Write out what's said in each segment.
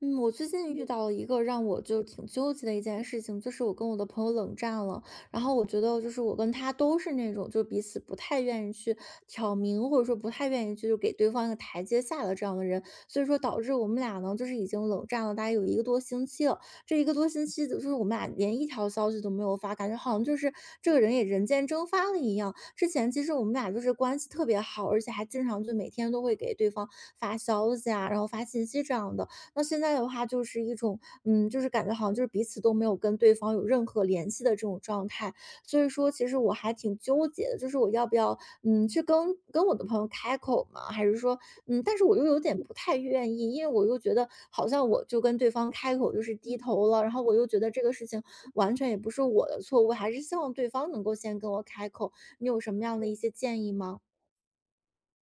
嗯，我最近遇 到了一个让我就挺纠结的一件事情，就是我跟我的朋友冷战了。然后我觉得，就是我跟他都是那种，就彼此不太愿意去挑明，或者说不太愿意去就给对方一个台阶下的这样的人。所以说，导致我们俩呢，就是已经冷战了大概有一个多星期了。这一个多星期的，就是我们俩连一条消息都没有发，感觉好像就是这个人也人间蒸发了一样。之前其实我们俩就是关系特别好，而且还经常就每天都会给对方发消息啊，然后发信息这样的。那现在的话就是一种，就是感觉好像就是彼此都没有跟对方有任何联系的这种状态。所以说，其实我还挺纠结的，就是我要不要，去跟我的朋友开口嘛，还是说，但是我又有点不太愿意，因为我又觉得好像我就跟对方开口就是低头了，然后我又觉得这个事情完全也不是我的错，我还是希望对方能够先跟我开口。你有什么样的一些建议吗？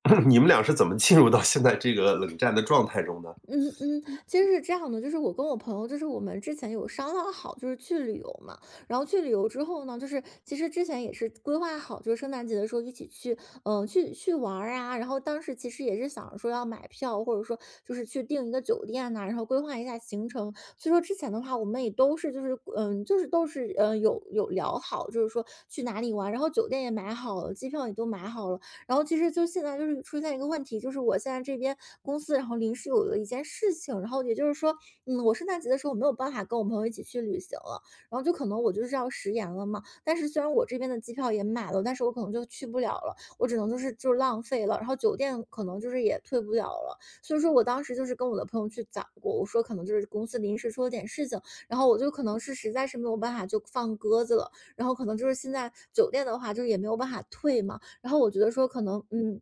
你们俩是怎么进入到现在这个冷战的状态中的？嗯嗯，其实是这样的，就是我跟我朋友，就是我们之前有商量好，就是去旅游嘛。然后去旅游之后呢，就是其实之前也是规划好，就是圣诞节的时候一起去，去玩儿啊。然后当时其实也是想着说要买票，或者说就是去订一个酒店呐、然后规划一下行程。所以说之前的话，我们也都是就是就是都是有聊好，就是说去哪里玩，然后酒店也买好了，机票也都买好了。然后其实就现在就是出现一个问题，就是我现在这边公司，然后临时有了一件事情，然后也就是说，我圣诞节的时候没有办法跟我朋友一起去旅行了，然后就可能我就是要食言了嘛。但是虽然我这边的机票也买了，但是我可能就去不了了，我只能就是浪费了，然后酒店可能就是也退不了了。所以说我当时就是跟我的朋友去讲过，我说可能就是公司临时出了点事情，然后我就可能是实在是没有办法就放鸽子了，然后可能就是现在酒店的话，就是也没有办法退嘛。然后我觉得说可能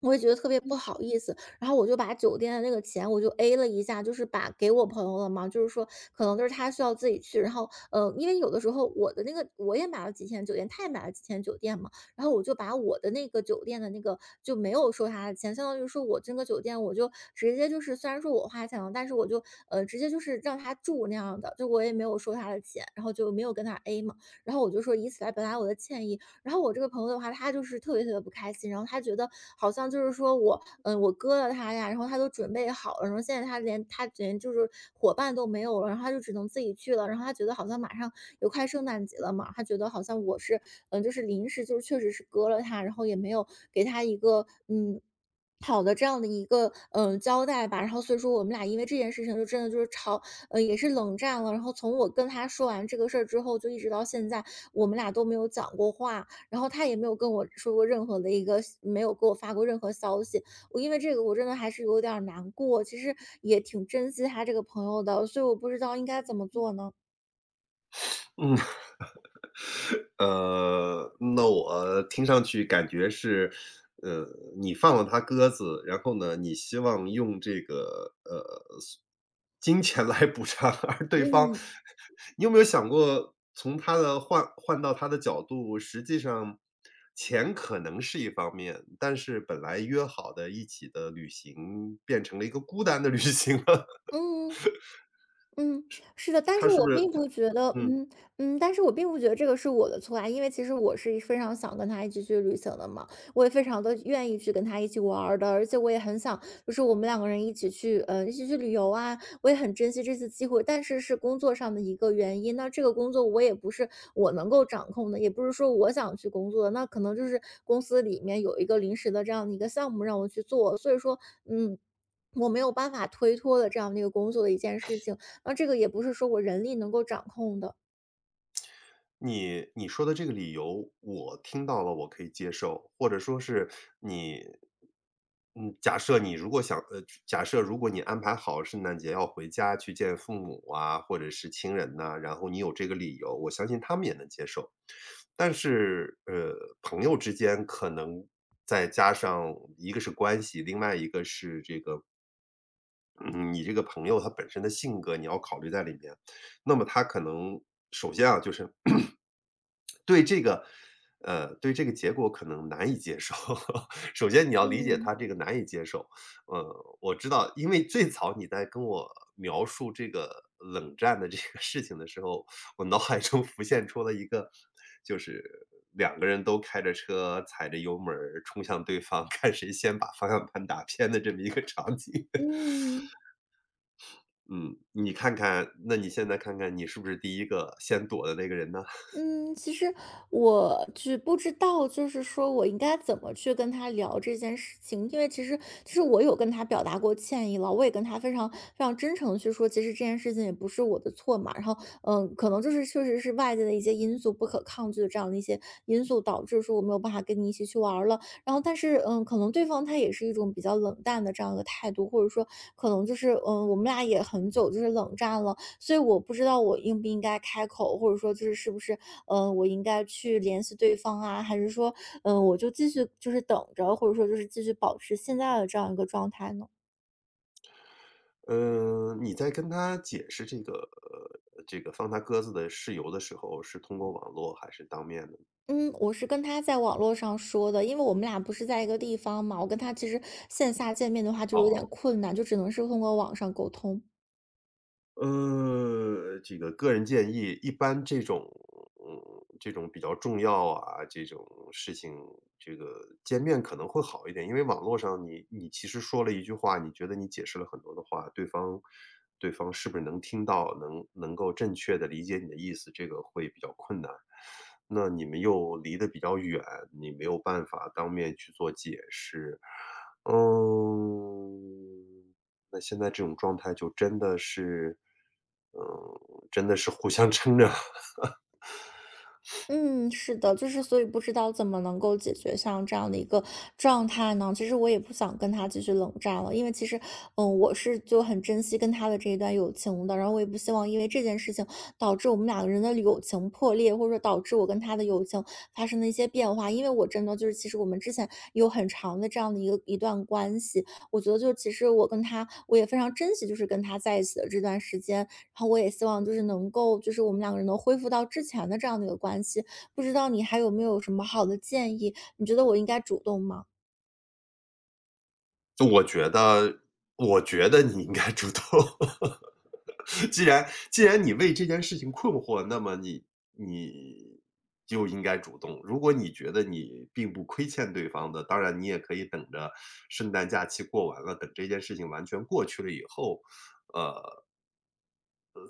我也觉得特别不好意思，然后我就把酒店的那个钱我就 A 了一下，就是把给我朋友了嘛，就是说可能就是他需要自己去，然后因为有的时候我的那个我也买了几天酒店，他也买了几天酒店嘛，然后我就把我的那个酒店的那个就没有收他的钱，相当于说我这个酒店我就直接就是虽然说我花钱了，但是我就直接就是让他住那样的，就我也没有收他的钱，然后就没有跟他 A 嘛，然后我就说以此来表达我的歉意，然后我这个朋友的话，他就是特别特别不开心，然后他觉得好像就是说我，我割了他呀，然后他都准备好了，然后现在他连就是伙伴都没有了，然后他就只能自己去了，然后他觉得好像马上有快圣诞节了嘛，他觉得好像我是，就是临时就是确实是割了他，然后也没有给他一个，好的，这样的一个交代吧，然后所以说我们俩因为这件事情就真的就是吵，也是冷战了。然后从我跟他说完这个事儿之后，就一直到现在，我们俩都没有讲过话。然后他也没有跟我说过任何的一个没有给我发过任何消息。我因为这个我真的还是有点儿难过，其实也挺珍惜他这个朋友的，所以我不知道应该怎么做呢？嗯。那我听上去感觉是，呃，你放了他鸽子，然后呢，你希望用这个，金钱来补偿，而对方嗯你有没有想过从他的换换到他的角度，实际上钱可能是一方面，但是本来约好的一起的旅行变成了一个孤单的旅行了，嗯。嗯，是的，但他是是不我是并不觉得，嗯。嗯，但是我并不觉得这个是我的错啊，因为其实我是非常想跟他一起去旅行的嘛，我也非常的愿意去跟他一起玩儿的，而且我也很想，就是我们两个人一起去，一起去旅游啊，我也很珍惜这次机会，但是是工作上的一个原因，那这个工作我也不是我能够掌控的，也不是说我想去工作的，那可能就是公司里面有一个临时的这样的一个项目让我去做，所以说，嗯。我没有办法推脱的这样的一个工作的一件事情，那这个也不是说我人力能够掌控的。你说的这个理由我听到了，我可以接受，或者说是你，嗯，假设你如果想，假设如果你安排好圣诞节要回家去见父母啊，或者是亲人呐、然后你有这个理由，我相信他们也能接受。但是，朋友之间可能再加上一个是关系，另外一个是这个嗯，你这个朋友他本身的性格你要考虑在里面。那么他可能首先啊，就是 对这个对这个结果可能难以接受。首先你要理解他嗯。这个难以接受。我知道，因为最早你在跟我描述这个冷战的这个事情的时候，我脑海中浮现出了一个，就是两个人都开着车踩着油门儿冲向对方，看谁先把方向盘打偏的这么一个场景。嗯，嗯，嗯，你看看，那你现在看看你是不是第一个先躲的那个人呢？嗯，其实我只不知道，就是说我应该怎么去跟他聊这件事情，因为其实我有跟他表达过歉意了，我也跟他非常非常真诚的去说，其实这件事情也不是我的错嘛，然后可能就是确实是外界的一些因素不可抗拒的这样的一些因素导致说我没有办法跟你一起去玩儿了，然后但是可能对方他也是一种比较冷淡的这样一个态度，或者说可能就是我们俩也很久就是冷战了，所以我不知道我应不应该开口，或者说就是是不是，我应该去联系对方啊，还是说，我就继续就是等着，或者说就是继续保持现在的这样一个状态呢？嗯，你在跟他解释这个这个放他鸽子的事由的时候，是通过网络还是当面的嗯，我是跟他在网络上说的，因为我们俩不是在一个地方嘛，我跟他其实线下见面的话就有哦。点困难，就只能是通过网上沟通。这个个人建议，一般这种嗯，这种比较重要啊，这种事情，这个见面可能会好一点。因为网络上你其实说了一句话，你觉得你解释了很多的话，对方是不是能听到，能够正确的理解你的意思，这个会比较困难。那你们又离得比较远，你没有办法当面去做解释，嗯。那现在这种状态就真的是，嗯，真的是互相撑着。嗯，是的，就是所以不知道怎么能够解决像这样的一个状态呢？其实我也不想跟他继续冷战了，因为其实，我是就很珍惜跟他的这一段友情的，然后我也不希望因为这件事情导致我们两个人的友情破裂，或者说导致我跟他的友情发生了一些变化。因为我真的就是，其实我们之前有很长的这样的一段关系，我觉得就其实我跟他，我也非常珍惜，就是跟他在一起的这段时间，然后我也希望就是能够，就是我们两个人能恢复到之前的这样的一个关系。不知道你还有没有什么好的建议？你觉得我应该主动吗？就我觉得我觉得你应该主动。既然你为这件事情困惑，那么你就应该主动。如果你觉得你并不亏欠对方的，当然你也可以等着圣诞假期过完了，等这件事情完全过去了以后，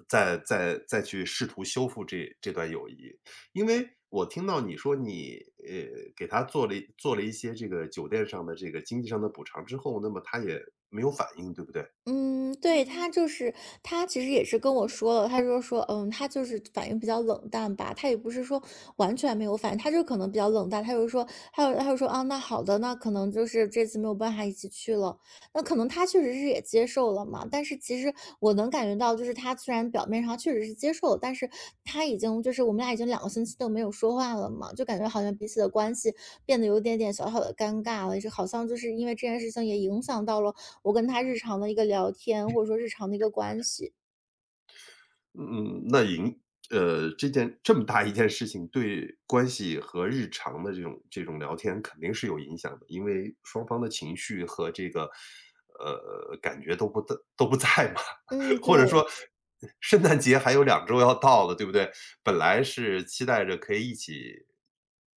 再去试图修复这段友谊。因为我听到你说你，给他做了一些这个酒店上的这个经济上的补偿之后，那么他也没有反应，对不对？嗯，对，他其实也是跟我说了，他就说，他就是反应比较冷淡吧，他也不是说完全没有反应，他就可能比较冷淡，他就说，他就说，啊，那好的，那可能就是这次没有办法一起去了，那可能他确实是也接受了嘛，但是其实我能感觉到，就是他虽然表面上确实是接受了，但是他已经就是我们俩已经两个星期都没有说话了嘛，就感觉好像彼此的关系变得有点点小小的尴尬了，就好像就是因为这件事情也影响到了。我跟他日常的一个聊天，或者说日常的一个关系。嗯，这件这么大一件事情，对关系和日常的这种这种聊天肯定是有影响的，因为双方的情绪和这个，感觉都不在嘛。嗯，或者对，说，圣诞节还有两周要到了，对不对？本来是期待着可以一起，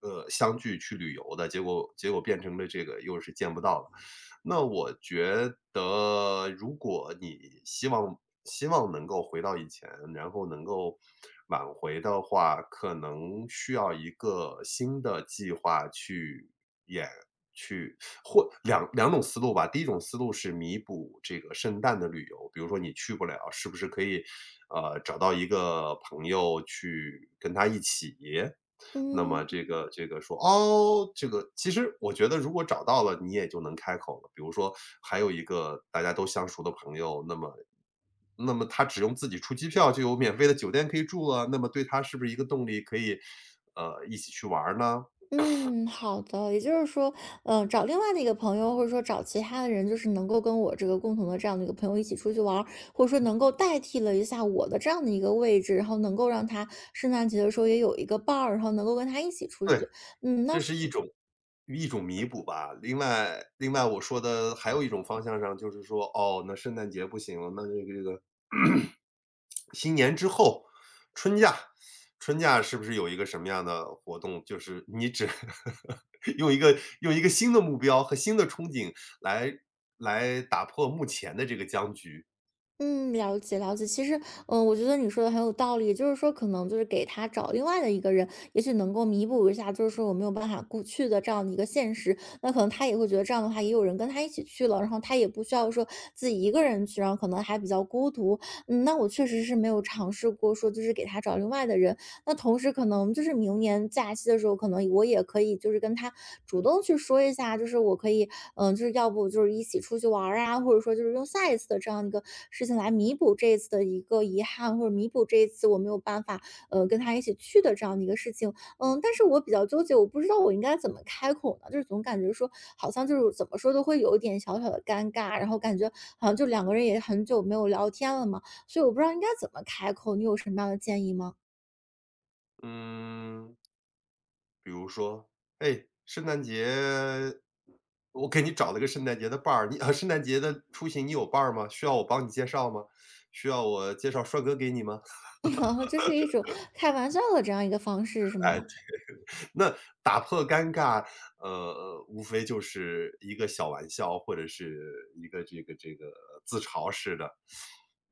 相聚去旅游的，结果变成了这个又是见不到了。那我觉得如果你希望能够回到以前，然后能够挽回的话，可能需要一个新的计划去演去或两种思路吧。第一种思路是弥补这个圣诞的旅游，比如说你去不了，是不是可以，找到一个朋友去跟他一起？那么嗯。这个说，哦，这个其实我觉得如果找到了，你也就能开口了。比如说还有一个大家都相熟的朋友，那么那么他只用自己出机票就有免费的酒店可以住了，那么对他是不是一个动力可以，一起去玩儿呢？嗯，好的。也就是说，找另外的一个朋友，或者说找其他的人，就是能够跟我这个共同的这样的一个朋友一起出去玩儿或者说能够代替了一下我的这样的一个位置，然后能够让他圣诞节的时候也有一个伴儿，然后能够跟他一起出去。对，嗯，那这是一种弥补吧。另外另外我说的还有一种方向上，就是说，哦，那圣诞节不行了，那这个新年之后，春假春假是不是有一个什么样的活动？就是你只 用一个新的目标和新的憧憬来打破目前的这个僵局。嗯，了解了解。其实，我觉得你说的很有道理，就是说，可能就是给他找另外的一个人，也许能够弥补一下，就是说我没有办法过去的这样的一个现实。那可能他也会觉得这样的话，也有人跟他一起去了，然后他也不需要说自己一个人去，然后可能还比较孤独。嗯，那我确实是没有尝试过说，就是给他找另外的人，那同时可能就是明年假期的时候，可能我也可以就是跟他主动去说一下，就是我可以，就是要不就是一起出去玩儿啊，或者说就是用下一次的这样一个事情来弥补这一次的一个遗憾，或者弥补这一次我没有办法，跟他一起去的这样的一个事情。嗯，但是我比较纠结，我不知道我应该怎么开口呢，就是总感觉说好像就是怎么说都会有一点小小的尴尬，然后感觉好像就两个人也很久没有聊天了嘛，所以我不知道应该怎么开口，你有什么样的建议吗？嗯，比如说，哎，圣诞节我给你找了个圣诞节的伴儿，你啊，圣诞节的出行你有伴儿吗？需要我帮你介绍吗？需要我介绍帅哥给你吗？然后，这是一种开玩笑的这样一个方式是吗？那打破尴尬，无非就是一个小玩笑，或者是一个这个自嘲式的。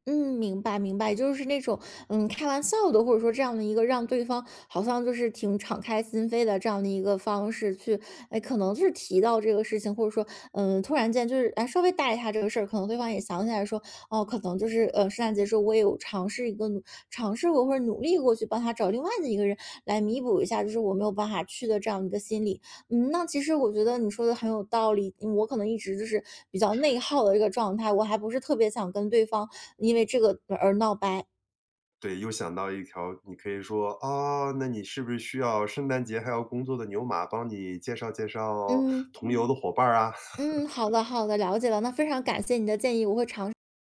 嗯，明白明白，就是那种开玩笑的，或者说这样的一个让对方好像就是挺敞开心扉的这样的一个方式去，哎，可能就是提到这个事情，或者说突然间就是哎稍微带一下这个事儿，可能对方也想起来说哦，可能就是圣诞节时候我也有尝试一个努尝试过或者努力过去帮他找另外的一个人来弥补一下，就是我没有办法去的这样一个心理，嗯，那其实我觉得你说的很有道理。嗯我可能一直就是比较内耗的这个状态，我还不是特别想跟对方因为这个而闹掰。对，又想到一条，你可以说啊，那你是不是需要圣诞节还要工作的牛马帮你介绍介绍嗯，同游的伙伴儿啊？嗯，好的好的，了解了，那非常感谢你的建议，我会尝